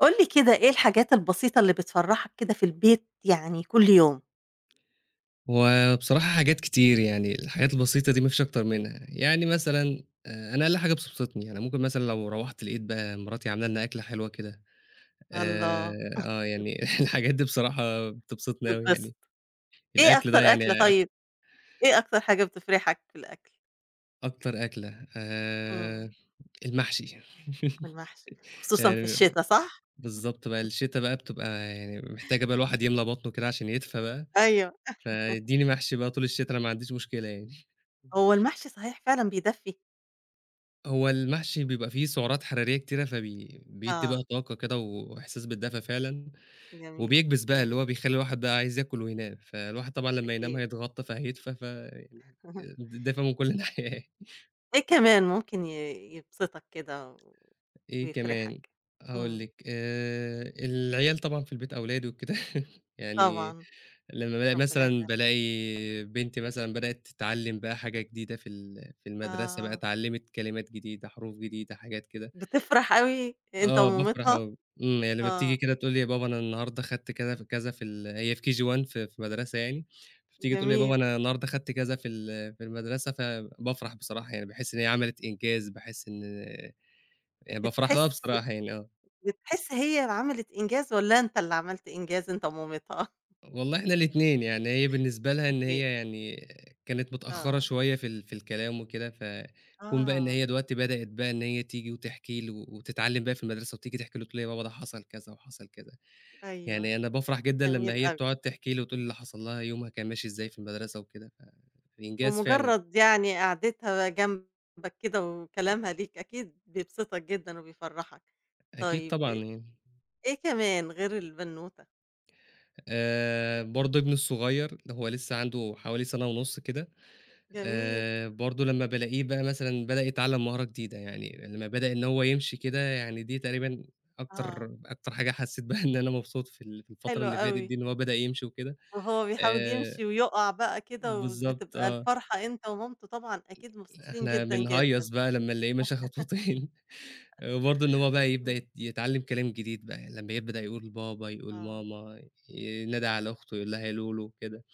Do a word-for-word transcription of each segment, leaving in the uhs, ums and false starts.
قُل لي كده إيه الحاجات البسيطة اللي بتفرّحك كده في البيت يعني كل يوم؟ هو بصراحة حاجات كتير يعني الحاجات البسيطة دي ما فيش أكتر منها، يعني مثلًا آآ أنا أقل حاجة بتبسطني، أنا ممكن مثلًا لو روّحت لقيت بقى مراتي عاملة لنا أكلة حلوة كده. آآ الله! آه، يعني الحاجات دي بصراحة بتبسطني أوي بتتبسط. يعني، إيه الأكل أكتر ده. يعني أكلة أك طيب، إيه أكتر حاجة بتفرحك في الأكل؟ أكتر أكلة إمم، آآ المحشي. المحشي، وخصوصًا في يعني الشتا صح؟ بالضبط بقى، الشتا بقى بتبقى يعني محتاجة بقى الواحد يملى بطنه كده عشان يدفى بقى، أيوه، فادّيني محشي بقى طول الشتا أنا ما عنديش مشكلة يعني. هو المحشي صحيح فعلًا بيدفّي. هو المحشي بيبقى فيه سعرات حرارية كتيرة، فبي بيدّي بقى آه، طاقة كده وإحساس بالدفا فعلًا، جميل، وبيكبِس بقى، اللي هو جميل. بيخلّي الواحد بقى عايز ياكل وينام، فالواحد طبعًا لمّا ينام أكيد. هيتغطّى فهيدفى، فيعني د دافى من كل ناحية. إيه كمان ممكن ي يبسطك كده و إيه كمان، ويفرحك؟ هاقول إمم. لِك آآ، العيال طبعًا في البيت أولادي وكده. يعني طبعًا، لمّا بالاقي ربنا مثلًا يخلّيك. بالاقي بنتي مثلًا بدأت تتعلّم بقى حاجة جديدة في ال في المدرسة بقى، آه، اتعلّمت كلمات جديدة، حروف جديدة، حاجات كده. بتفرح أوي أنت آه، بافرح ومامتها؟ أوي، إمم، يعني لمّا بتيجي آه، كده تقول لي: يا بابا أنا النهارده خدت كذا في كذا في ال هي في كيه جي وان في في مدرسة يعني. بتيجي تقول لي: "يا بابا جميل. أنا النهارده خدت كذا في ال في المدرسة." فبافرح بصراحة يعني، باحس إن هي عملت إنجاز، باحس إن يعني بافرح لها بتحس بصراحة يعني آه. بتحس هي اللي عملت إنجاز والّا أنت اللي عملت إنجاز أنت ومامتها؟ والله إحنا الاتنين، يعني هي بالنسبة لها إن ي هي يعني كانت متأخرة آه، شوية في ال في الكلام وكده، فكون بقى إن آه، هي دلوقتي بدأت بقى إن هي تيجي وتحكي لي وتتعلم بقى في المدرسة وتيجي تحكي له، تقول لي: "يا بابا ده حصل كذا وحصل كذا." أيوه، يعني أنا بافرح جدًا لمّا جميل هي أوي، بتقعد تحكي لي وتقول لي اللي حصل لها يومها كان ماشي إزاي في المدرسة وكده، فإنجاز فعلًا. ومجرد يعني قعدتها جنبك كده وكلامها ليك أكيد بيبسطك جدًا وبيفرحك، أكيد طبعًا طيب يعني. إيه كمان غير البنوتة؟ آآ برضه ابني الصغير هو لسه عنده حوالي سَنة ونُص كده. جميل، آآ برضه لمّا بالاقيه بقى مثلًا بدأ يتعلّم مهارة جديدة، يعني لمّا بدأ إن هو يمشي كده، يعني دي تقريبًا آه، أكتر أكتر حاجة حسّيت بيها. إن أنا مبسوط في ال في الفترة حلو اللي فاتت أوي، دي، إن هو بدأ يمشي وكده. وهو بيحاول آآ يمشي ويقع بقى كده بالضبط وبتبقى آه. الفرحة أنت ومامته طبعًا أكيد مبسوطين إحنا جدًا، بنهيّص جدًا. بقى لمّا نلاقيه مشى خطوتين. وبرضه إن هو بقى يبدأ إمم، يت يتعلّم كلام جديد بقى، لمّا يبدأ يقول بابا، يقول آه، ماما، ينادى على أخته يقول لها لولو كده،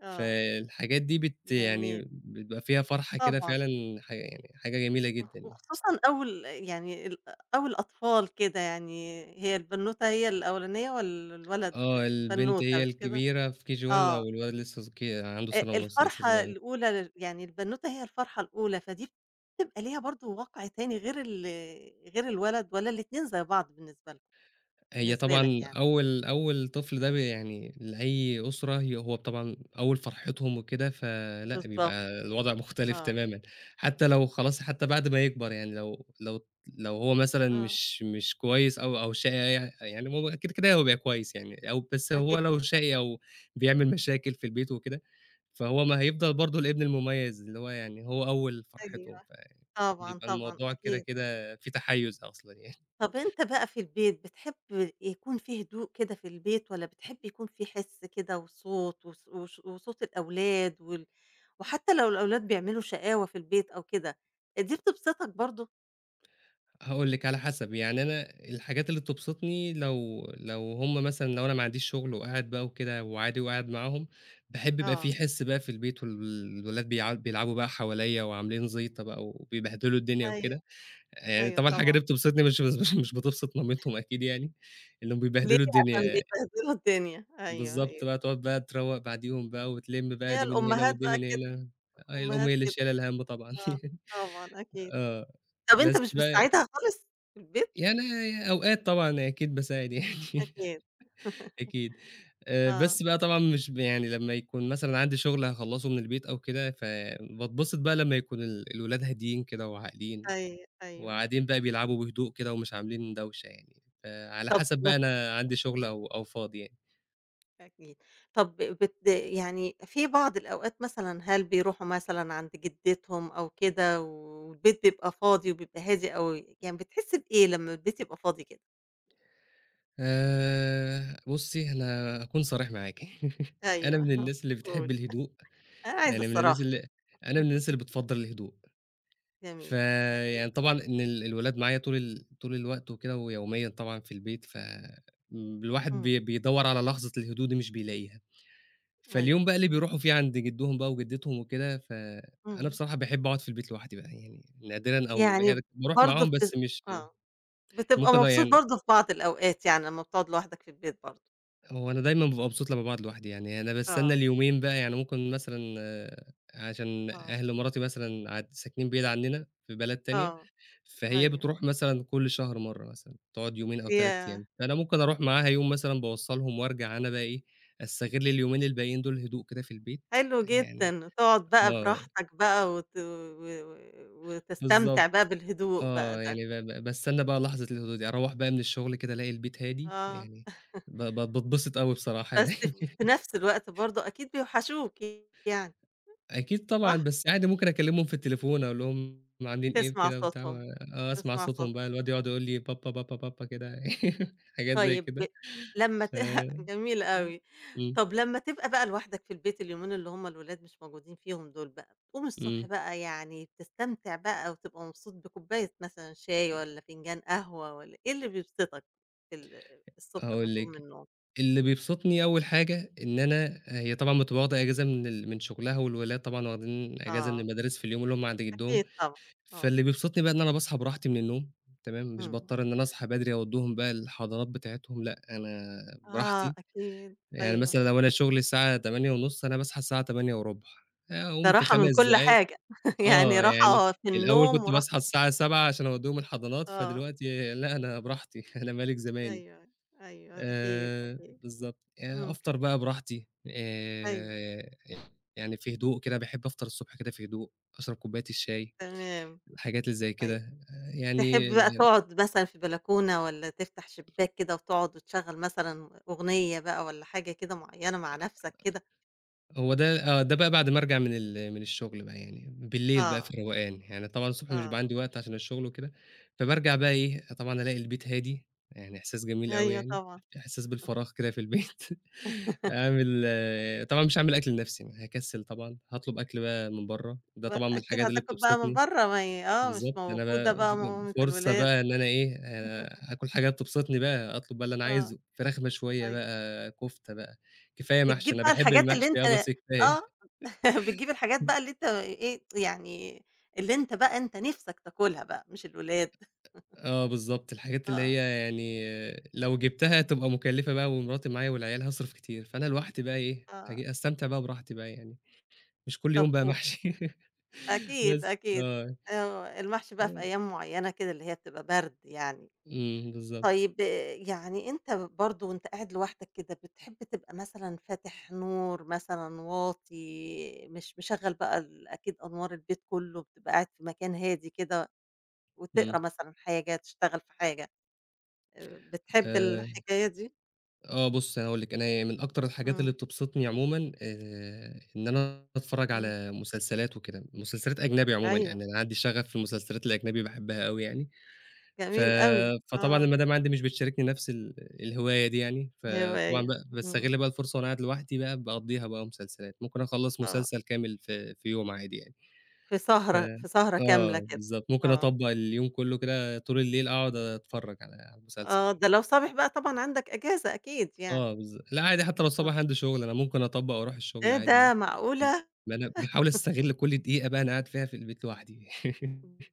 آه. فالحاجات دي بت جميل، يعني بيبقى فيها فرحة كده طبعًا، فعلًا، ح يعني حاجة جميلة وخ جدًا يعني. وخصوصًا أول يعني ال أول أطفال كده يعني هي البنوتة هي الأولانية وال الولد آه، البنت البنوتة هي مش كده؟ الكبيرة في كيه جي وان آه، آه، والولد لسه ص ك عنده أ سَنة ونُص لسه الفرحة صغير. الأولى لل يعني البنوتة هي الفرحة الأولى، فدي بتبقى ليها برضه وَقع تاني غير ال غير الولد والّا الاتنين زي بعض بالنسبة لكم هي بالنسبة لك طبعًا يعني؟ أول أول طفل ده، ب يعني لأي أسرة هي هو طبعًا أول فرحتهم وكده، فلأ بالضبط، بيبقى الوضع مختلف آه، تمامًا، حتى لو خلاص حتى بعد ما يكبر يعني، لو لو لو هو مثلًا آه، مش مش كويس أو أو شقي، يع يعني هو كده، كده هو بيبقى كويس يعني، أو بس هو أكيد، لو شقي أو بيعمل مشاكل في البيت وكده، فهو ما هيفضل برضه الابن المميز اللي هو يعني هو أول فرحتهم، أيوه، طبعًا، فبيبقى طبعًا، الموضوع كده، أكيد. كده في تحيُّز أصلًا يعني. طب أنت بقى في البيت بتحب يكون في هدوء كده في البيت، والّا بتحب يكون في حِس كده وصوت وص وش وصوت الأولاد وال وحتى لو الأولاد بيعملوا شقاوة في البيت أو كده، دي بتبسطك برضه؟ هاقول لِك على حسب. يعني أنا الحاجات اللي بتبسطني، لو لو هُم مثلًا لو أنا ما عنديش شغل وقاعد بقى وكده وعادي وقاعد معاهم، باحب يبقى في آه، حِس بقى في البيت والولاد بيع بيلعبوا بقى حواليّا وعاملين زيطة بقى وبيبهدلوا الدنيا أيوه، وكده، يعني أيوه طبعًا الحاجة طبعًا. دي بتبسطني، مش مش مش بتبسط مامتهم أكيد يعني، إنّهم ليه؟ بيبهدلوا عشان الدنيا. بيبهدلوا الدنيا. أيوه، بالضبط أيوه. بقى، تقعد بقى تروّق بعديهم بقى وتلِم بقى هي دي من هنا الأمهات ودي بقى من كده. هنا، آه الأم الأمهات هي اللي كده، شايلة الهَم طبعًا. آه، طبعًا أكيد. آه، طب أنت بس مش بقى بتساعدها خالص في البيت؟ يعني أوقات طبعًا أكيد باساعد يعني. أكيد، أكيد. آآ، آه، بس بقى طبعًا مش ب يعني لمّا يكون مثلًا عندي شغل هاخلّصه من البيت أو كده، فباتبسط بقى لمّا يكون ال الولاد هاديين كده وعاقلين، أي أيوه. وقاعدين بقى بيلعبوا بهدوء كده ومش عاملين دوشة يعني، فعلى طب حسب بقى أنا عندي شغل أو أو فاضي يعني. أكيد. طب بت يعني في بعض الأوقات مثلًا هل بيروحوا مثلًا عند جدتهم أو كده والبيت بيبقى فاضي وبيبقى هادي أوي، يعني بتحس بإيه لمّا البيت يبقى فاضي كده؟ آآ، بُصّي، أنا هاكون صريح معاكِ. أنا أيوه، من الناس اللي قُل. بتحب الهدوء. أنا عايزة يعني من الناس الصراحة. اللي أنا من الناس اللي بتفضّل الهدوء. جميل، فيعني أكيد. طبعًا إن ال الولاد معايا طول ال طول الوقت وكده ويوميًا طبعًا في البيت، ف م الواحد إمم، بي بيدوّر على لحظة الهدوء دي مش بيلاقيها. فاليوم بقى أيوه. اللي بيروحوا فيه عند جدّهم بقى وجدّتهم وكده، فأنا إمم. بصراحة باحب أقعد في البيت لوحدي بقى، يعني نادرًا أو يعني باروح برضه معاهم بتس بس مش آه. بتبقى ممكن. آه، مبسوط يعني برضه في بعض الأوقات يعني لمّا بتقعد لوحدك في البيت برضه. هو أنا دايمًا بابقى إمم. مبسوط لمّا باقعد لوحدي، يعني أنا باستنى آه، اليومين بقى، يعني ممكن مثلًا آه، عشان آه، أهل مراتي مثلًا قاعد ساكنين بعيد عنّنا في بلد تانية، آه. فهي أيوه. بتروح مثلًا كل شهر مرّة مثلًا، تقعد يومين أو 3 ياه! أيام، فأنا ممكن أروح معاها يوم مثلًا باوصّلهم وارجع أنا بقى إيه، أستغل اليومين الباقيين دول هدوء كده في البيت، حلو يعني جدًا، تقعد بقى آه، براحتك بقى وت و و- وتستمتع بالضبط، بقى بالهدوء بقى آه، ده، يعني ب ب باستنى بقى لحظة الهدوء دي، أروّح بقى من الشغل كده ألاقي البيت هادي، آه، يعني ب ب باتبسط أوي بصراحة يعني. بس ف في نفس الوقت برضه أكيد بيوحشوك يعني، أكيد طبعًا، صح؟ بس عادي ممكن أكلمهم في التليفون أقول لهم عاملين إيه تسمع وكده وبتاع و صوتهم، آه، أسمع تسمع صوتهم بقى، صوتهم، الواد يقعد يقول لي بابا، بابا، بابا كده، حاجات زي طيب ب- كده. لمّا ت ف جميل أوي. إمم. طب لمّا تبقى بقى لوحدك في البيت اليومين اللي هم الولاد مش موجودين فيهم دول بقى، بتقوم الصبح إمم. بقى يعني بتستمتع بقى وتبقى مبسوط بكوباية مثلًا شاي والّا فنجان قهوة والّا إيه اللي بيبسطك في ال الصبح أمّا هاقول تقوم من لِك، النوم؟ اللي إمم. بيبسطني أول حاجة إن أنا هي طبعًا بتبقى واخدة إجازة من ال من شغلها، والولاد طبعًا واخدين إجازة من آه، المدارس في اليوم اللي هم عند جدهم، أكيد طبعًا، آه، فاللي بيبسطني بقى إن أنا باصحى براحتي من النوم، تمام، مش إمم. باضطر إن أنا أصحى بدري أودّهم بقى الحضانات بتاعتهم، لأ، أنا آه براحتي، أكيد، يعني أيوه. مثلًا لو أنا شغلي الساعة تمانية ونص أنا باصحى الساعة تمانية وربع ده أقوم في راحة من خمس كل دقايق. حاجة، يعني آه، يعني راحة في الأول النوم كنت باصحى وراحة الساعة سبعة عشان أودّهم الحضانات، آه، فدلوقتي لأ، أنا براحتي. أنا مَلِك زماني. أيوه، أيوه أكيد، آآ أكيد. بالضبط. آآ إمم، أفطر بقى براحتي، أيوه، آآ يعني في هدوء كده، باحب أفطر الصبح كده في هدوء، أشرب كوباية الشاي، تمام، الحاجات اللي زي كده. أيوه. آه، يعني تحب بقى تقعد مثلًا في بلكونة والّا تفتح شباك كده وتقعد وتشغّل مثلًا أغنية بقى والّا حاجة كده معيّنة مع نَفْسك كده؟ هو ده آه، ده بقى بعد ما أرجع من ال من الشغل بقى يعني، بالليل بقى في آه، الروقان، يعني طبعًا الصبح مش بيبقى آه، عندي وقت عشان الشغل وكده، فبارجع بقى إمم، إيه، طبعًا ألاقي البيت هادي، يعني إحساس جميل أوي أيوه يعني، طبعًا إحساس بالفراغ كده في البيت. أعمل آه، طبعًا مش هاعمل أكل لنفسي، أنا هاكسل طبعًا، هاطلب أكل بقى من برّه، ده ب طبعًا من أكيد الحاجات اللي هتاكل بقى من بتبسطني، برّه ما هي آه، مش بالضبط. أنا موجودة بقى بقى مقومة ف فرصة الولاد، بقى إن أنا إيه، آآ، آكل حاجات تبسطني بقى، أطلب بقى اللي أنا آه، عايزه، فراخ مشوية أيوه، بقى، كفتة بقى، كفاية محشي. بتجيب أنا بقى باحب الحاجات اللي المحشي آه، أنت بس آه، كفاية. بتجيب الحاجات بقى اللي أنت إيه، يعني اللي أنت بقى أنت نِفْسك تاكلها بقى مش الولاد، آه بالضبط، الحاجات اللي آه، هي يعني لو جِبتها تبقى مُكلّفة بقى ومراتي معايا والعيال هاصرف كتير، فأنا لوحدي بقى إيه، آه، هاجي أستمتع بقى براحتي بقى يعني، مش كل طَب يوم بقى و محشي. أكيد، بس أكيد. آه، آه، المحشي بقى في أيام معيّنة كده اللي هي بتبقى برد يعني. إمم، بالضبط، طيب آه، يعني أنت برضه وأنت قاعد لوحدك كده بتحب تبقى مثلًا فاتح نور مثلًا واطي، مش مشغّل بقى ال أكيد أنوار البيت كُلّه، بتبقى قاعد في مكان هادي كده إمم، وتقرا مثلًا حاجة، تشتغل في حاجة، آآ بتحب آآ، الحكاية دي؟ آه بُصّي، أنا هاقول لِك، أنا من أكتر الحاجات اللي إمم، بتبسطني عمومًا آآ، إن أنا أتفرّج إمم، على مسلسلات وكده، مسلسلات أجنبي عمومًا أيوه، يعني أنا عندي شغف في المسلسلات الأجنبي باحبها أوي يعني. ف جميل أوي، فطبعًا آه، المدام عندي مش بتشاركني نفس ال الهواية دي يعني، فطبعًا هواية، بقى إمم، باستغل بقى الفرصة وأنا قاعد لوحدي بقى، باقضّيها بقى مسلسلات، ممكن أخلّص آه، مسلسل كامل في في يوم عادي يعني. في ف سهرة في سهرة كاملة آه كده، بالضبط، ممكن آه. أطبّق اليوم كلّه كده، طول الليل أقعد أتفرّج على على المسلسل آه، يعني. ده لو صابح بقى طبعًا عندك إجازة أكيد يعني، آه بالض لأ عادي، حتى لو آه. الصبح عندي شغل أنا ممكن أطبّق وأروح الشغل إيه عادي يعني، ده معقولة! ما أنا باحاول أستغل كل دقيقة بقى أنا قاعد فيها في البيت لوحدي.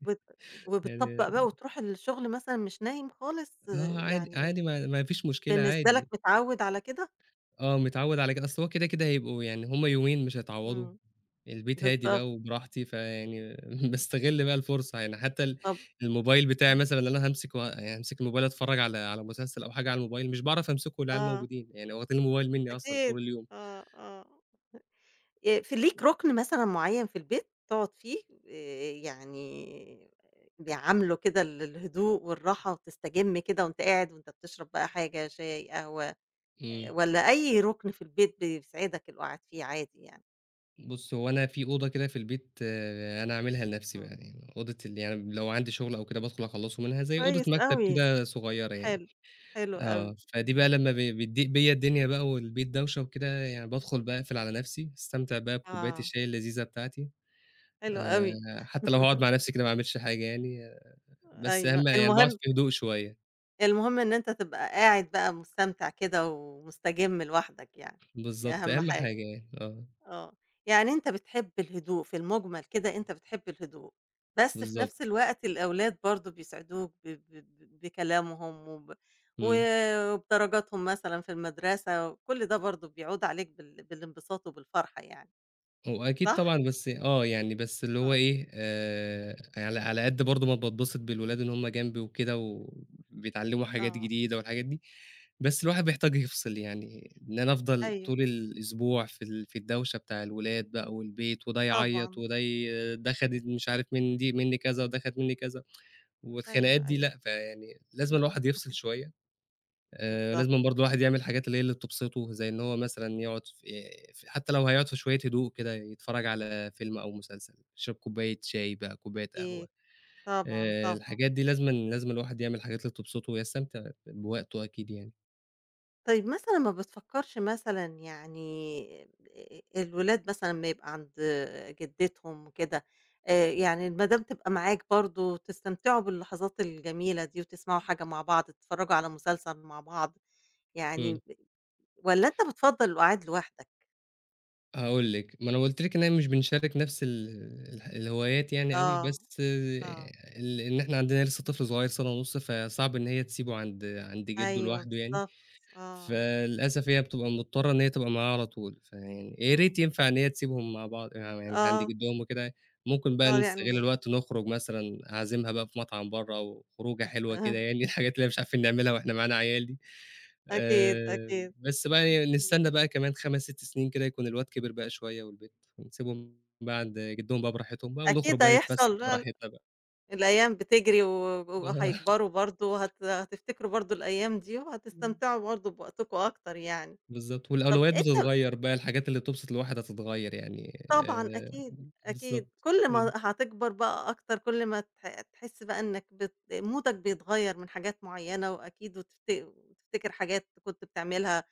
بت يعني وبتطبّق بقى وتروح الشغل مثلًا مش نايم خالص، آه، آه عادي، يعني عادي ما ما فيش مشكلة بالنسبة لك عادي. متعوّد على كده؟ آه، متعوّد على كده، أصل هو كده، كده هيبقوا يعني، هم يومين مش هيتعوّضوا، إمم، البيت هادي بالضبط، بقى وبراحتي، فيعني باستغل بقى الفرصة يعني، حتى ال طب الموبايل بتاعي إمم، مثلًا اللي أنا هامسك و هامسك الموبايل أتفرّج على على مسلسل أو حاجة على الموبايل، مش باعرف أمسكه والعيال آه، موجودين، يعني واخدين الموبايل منّي أصلًا طول أكيد، اليوم. آه، آه. آآ، في ليك رُكن مثلًا معيّن في البيت تقعد فيه، آآ، يعني بيعامله كده ال الهدوء والراحة وتستجم كده وأنت قاعد وأنت بتشرب بقى حاجة شاي، قهوة إمم. آآ والّا أي رُكن في البيت بيسعدك اللي هو قاعد فيه عادي يعني؟ بُص، هو أنا في أوضة كده في البيت آه، أنا عاملها لنفسي بقى إمم. يعني، أوضة ال يعني لو عندي شغل أو كده بادخل أخلّصه منها، زي أوضة كويس مكتب أوي، كده صغيّرة يعني. حلو، حلو آه، أوي. فدي بقى إمم. لمّا ب بتضيق بيّا الدنيا بقى والبيت دوشة وكده، يعني بادخل بقى أقفل على نفسي، أستمتع بقى بكوباية آه. الشاي اللذيذة بتاعتي، حلو آآ، أوي، حتى لو هاقعد مع نفسي كده ما اعملش حاجة يعني، بس أيوه. أهم يعني باقعد المهم في هدوء شوية، المهم إن أنت تبقى قاعد بقى مستمتع كده ومستجِم لوحدك يعني، دي بالضبط، أهم أهم حاجة. حاجة يعني، آه، آه، يعني أنت بتحب الهدوء في المُجمل كده أنت بتحب الهدوء، بس في نفس بالضبط، الوقت الأولاد برضه بيسعدوك ب ب ب بكلامهم وب إمم. وبدرجاتهم مثلًا في المدرسة، وكل ده برضه بيعود عليك بال بالانبساط وبالفرحة يعني، هو أكيد طبعًا، صح؟ بس آه، يعني بس اللي هو آه، إيه، آآ على على قد برضه ما باتبسط بالولاد إن هم جنبي وكده وبيتعلّموا حاجات آه، جديدة والحاجات دي، بس الواحد بيحتاج يفصل يعني، إن أنا أفضل أيوه، طول الأسبوع في ال في الدوشة بتاع الولاد بقى والبيت، وده يعيّط طبعًا، وده ي ده خَد مش عارف من دي منّي كذا وده خَد منّي كذا، والخناقات أيوه، دي أيوه، لأ، فيعني لازمًا الواحد يفصل اهم، شوية. آآ، بالضبط، لازمًا برضه الواحد يعمل الحاجات اللي هي اللي بتبسطه، زي إن هو مثلًا يقعد ف ف حتى لو هيقعد في شوية هدوء كده، يتفرّج على فيلم أو مسلسل، يشرب كوباية شاي بقى، كوباية قهوة، أكيد، طبعًا، آآ، طبعًا. الحاجات دي لازمًا لازمًا الواحد يعمل الحاجات اللي بتبسطه ويستمتع بوقته أكيد يعني. طيب مثلًا ما بتفكّرش مثلًا يعني آآ الولاد مثلًا أمّا يبقى عند جدتهم وكده، آآ يعني المدام تبقى معاك برضه تستمتعوا باللحظات الجميلة دي وتسمعوا حاجة مع بعض، تتفرّجوا على مسلسل مع بعض، إمم، يعني والّا أنت بتفضّل القعاد لوحدك؟ هاقول لِك، ما أنا قُلت لِك إن إحنا مش بنشارك نفس ال الح الهوايات يعني أوي، آه، بس آه، آه. ال إن إحنا عندنا لسه طفل صغير سَنة ونُص، فصعب إن هي تسيبه عند عند جده أيوه لوحده يعني. بالضبط، آه. فللأسف هي بتبقى مضطرة إن هي تبقى معاه على طول، فيعني يا إمم. ريت ينفع إن هي تسيبهم مع بعض يعني يعني عند آه، جدهم وكده، ممكن بقى آه نستغل يعني الوقت نخرج مثلًا، أعزمها بقى في مطعم برّه أو خروجة حلوة كده أها، يعني، الحاجات اللي مش عارفين نعملها وإحنا معانا عيال دي. أكيد، آآ، أكيد. بس بقى يعني إمم. نستنى بقى كمان خمسة، ست سنين كده يكون الواد كبر بقى شوية والبنت، ونسيبهم بقى عند جدهم بقى براحتهم بقى ونخرج أكيد بقى نتفسح هيحصل براحتنا بقى. الأيام بتجري و وهيكبروا برضه، هت هتفتكروا برضه الأيام دي وهتستمتعوا برضه بوقتكم أكتر يعني. بالضبط، طَب والأولويات أنت بتتغيّر بقى، الحاجات اللي بتبسط الواحد هتتغيّر يعني، طبعًا آآ، أكيد، أكيد. بالضبط، كل إمم، ما هتكبر بقى أكتر، كل ما تح تحس بقى إنّك بت مودك بيتغيّر من حاجات معيّنة وأكيد وتفت وتفتكر حاجات كنت بتعملها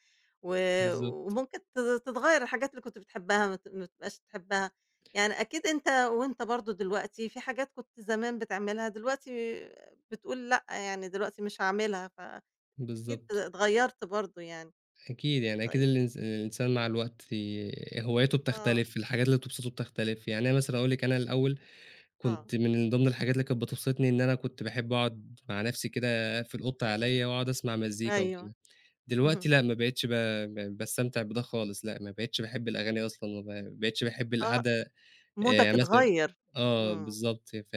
و بالضبط، وممكن ت تتغيّر الحاجات اللي كنت بتحبّها ما ت ما تبقاش تحبّها. يعني أكيد أنت وأنت برضه دلوقتي في حاجات كنت زمان بتعملها دلوقتي بتقول لأ، يعني دلوقتي مش هاعملها، فأكيد بالضبط، اتغيّرت برضه يعني. أكيد. يعني أكيد طيب الإنس الإنسان مع الوقت هواياته آه، بتختلف، الحاجات اللي بتبسطه بتختلف، يعني أنا مثلًا أقول لِك، أنا الأول آه. كنت من ضمن الحاجات اللي كانت بتبسطني إن أنا كنت باحب أقعد مع نفسي كده، أقفل أوضتي عليَّ وأقعد أسمع مزيكا أيوه. وكده، دلوقتي اهم. لأ، ما بقيتش ب ب باستمتع بده خالص، لأ، ما بقيتش باحب الأغاني أصلًا، وما بقيتش باحب آه. القعدة. مودك آآ مثلًا اتغيّر، آه إمم، بالضبط. ف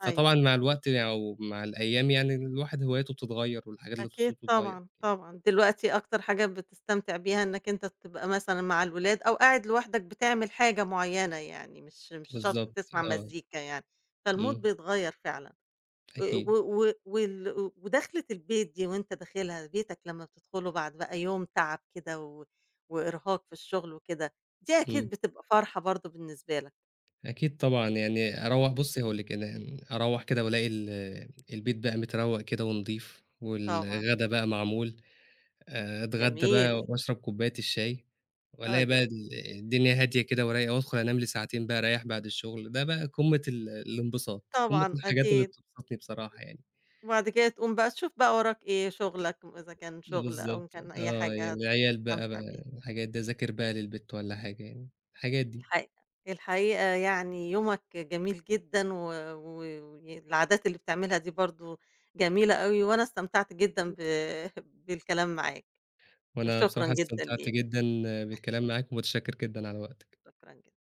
فطبعًا أيوه، مع الوقت أو مع الأيام يعني الواحد هواياته بتتغيّر والحاجات اللي أكيد تبسطه بتتغيّر. طبعًا، طبعًا، دلوقتي أكتر حاجة بتستمتع بيها إنّك أنت تبقى مثلًا مع الولاد أو قاعد لوحدك بتعمل حاجة معيّنة يعني، مش مش شرط بالضبط تسمع آه، مزيكا يعني، فالMood إمم، بيتغيّر فعلًا، و أكيد، و و وال ودخلة البيت دي وأنت داخلها، بيتك لمّا بتدخله بعد بقى يوم تعب كده و وإرهاق في الشغل وكده، دي إمم، أكيد بتبقى فرحة برضه بالنسبة لك. أكيد طبعًا يعني. أروّح، إمم. بُصّي هاقول لِك، أنا يعني أروّح كده وألاقي ال البيت بقى متروّق كده ونضيف طبعًا، والغدا بقى معمول، آآ أتغدى جميل، بقى وأشرب كوباية الشاي وألاقي بقى أيوه، ال الدنيا هادية كده ورايقة، وأدخل أنام لي ساعتين بقى أريّح بعد الشغل، ده بقى قمة ال الانبساط، قمة طبعًا الحاجات اللي أكيد. بتبسطني بصراحة يعني. وبعد كده تقوم بقى تشوف بقى وراك إيه، شغلك م إذا كان شغل أو إن بالضبط. كان أي آه، يعني حاجة العيال بقى تستمتع بيها. بقى الحاجات دي، أذاكر بقى للبت والّا حاجة يعني، الحاجات دي. الحقيقة الحقيقة يعني يومك جميل جدًا و و والعادات اللي بتعملها دي برضه جميلة أوي، وأنا استمتعت جدًا ب بالكلام معاك، وأنا شكرًا بصراحة جدًا استمتعت ليك، جدًا بالكلام معاك، ومتشكر جدًا على وقتك. شكرًا جدًا.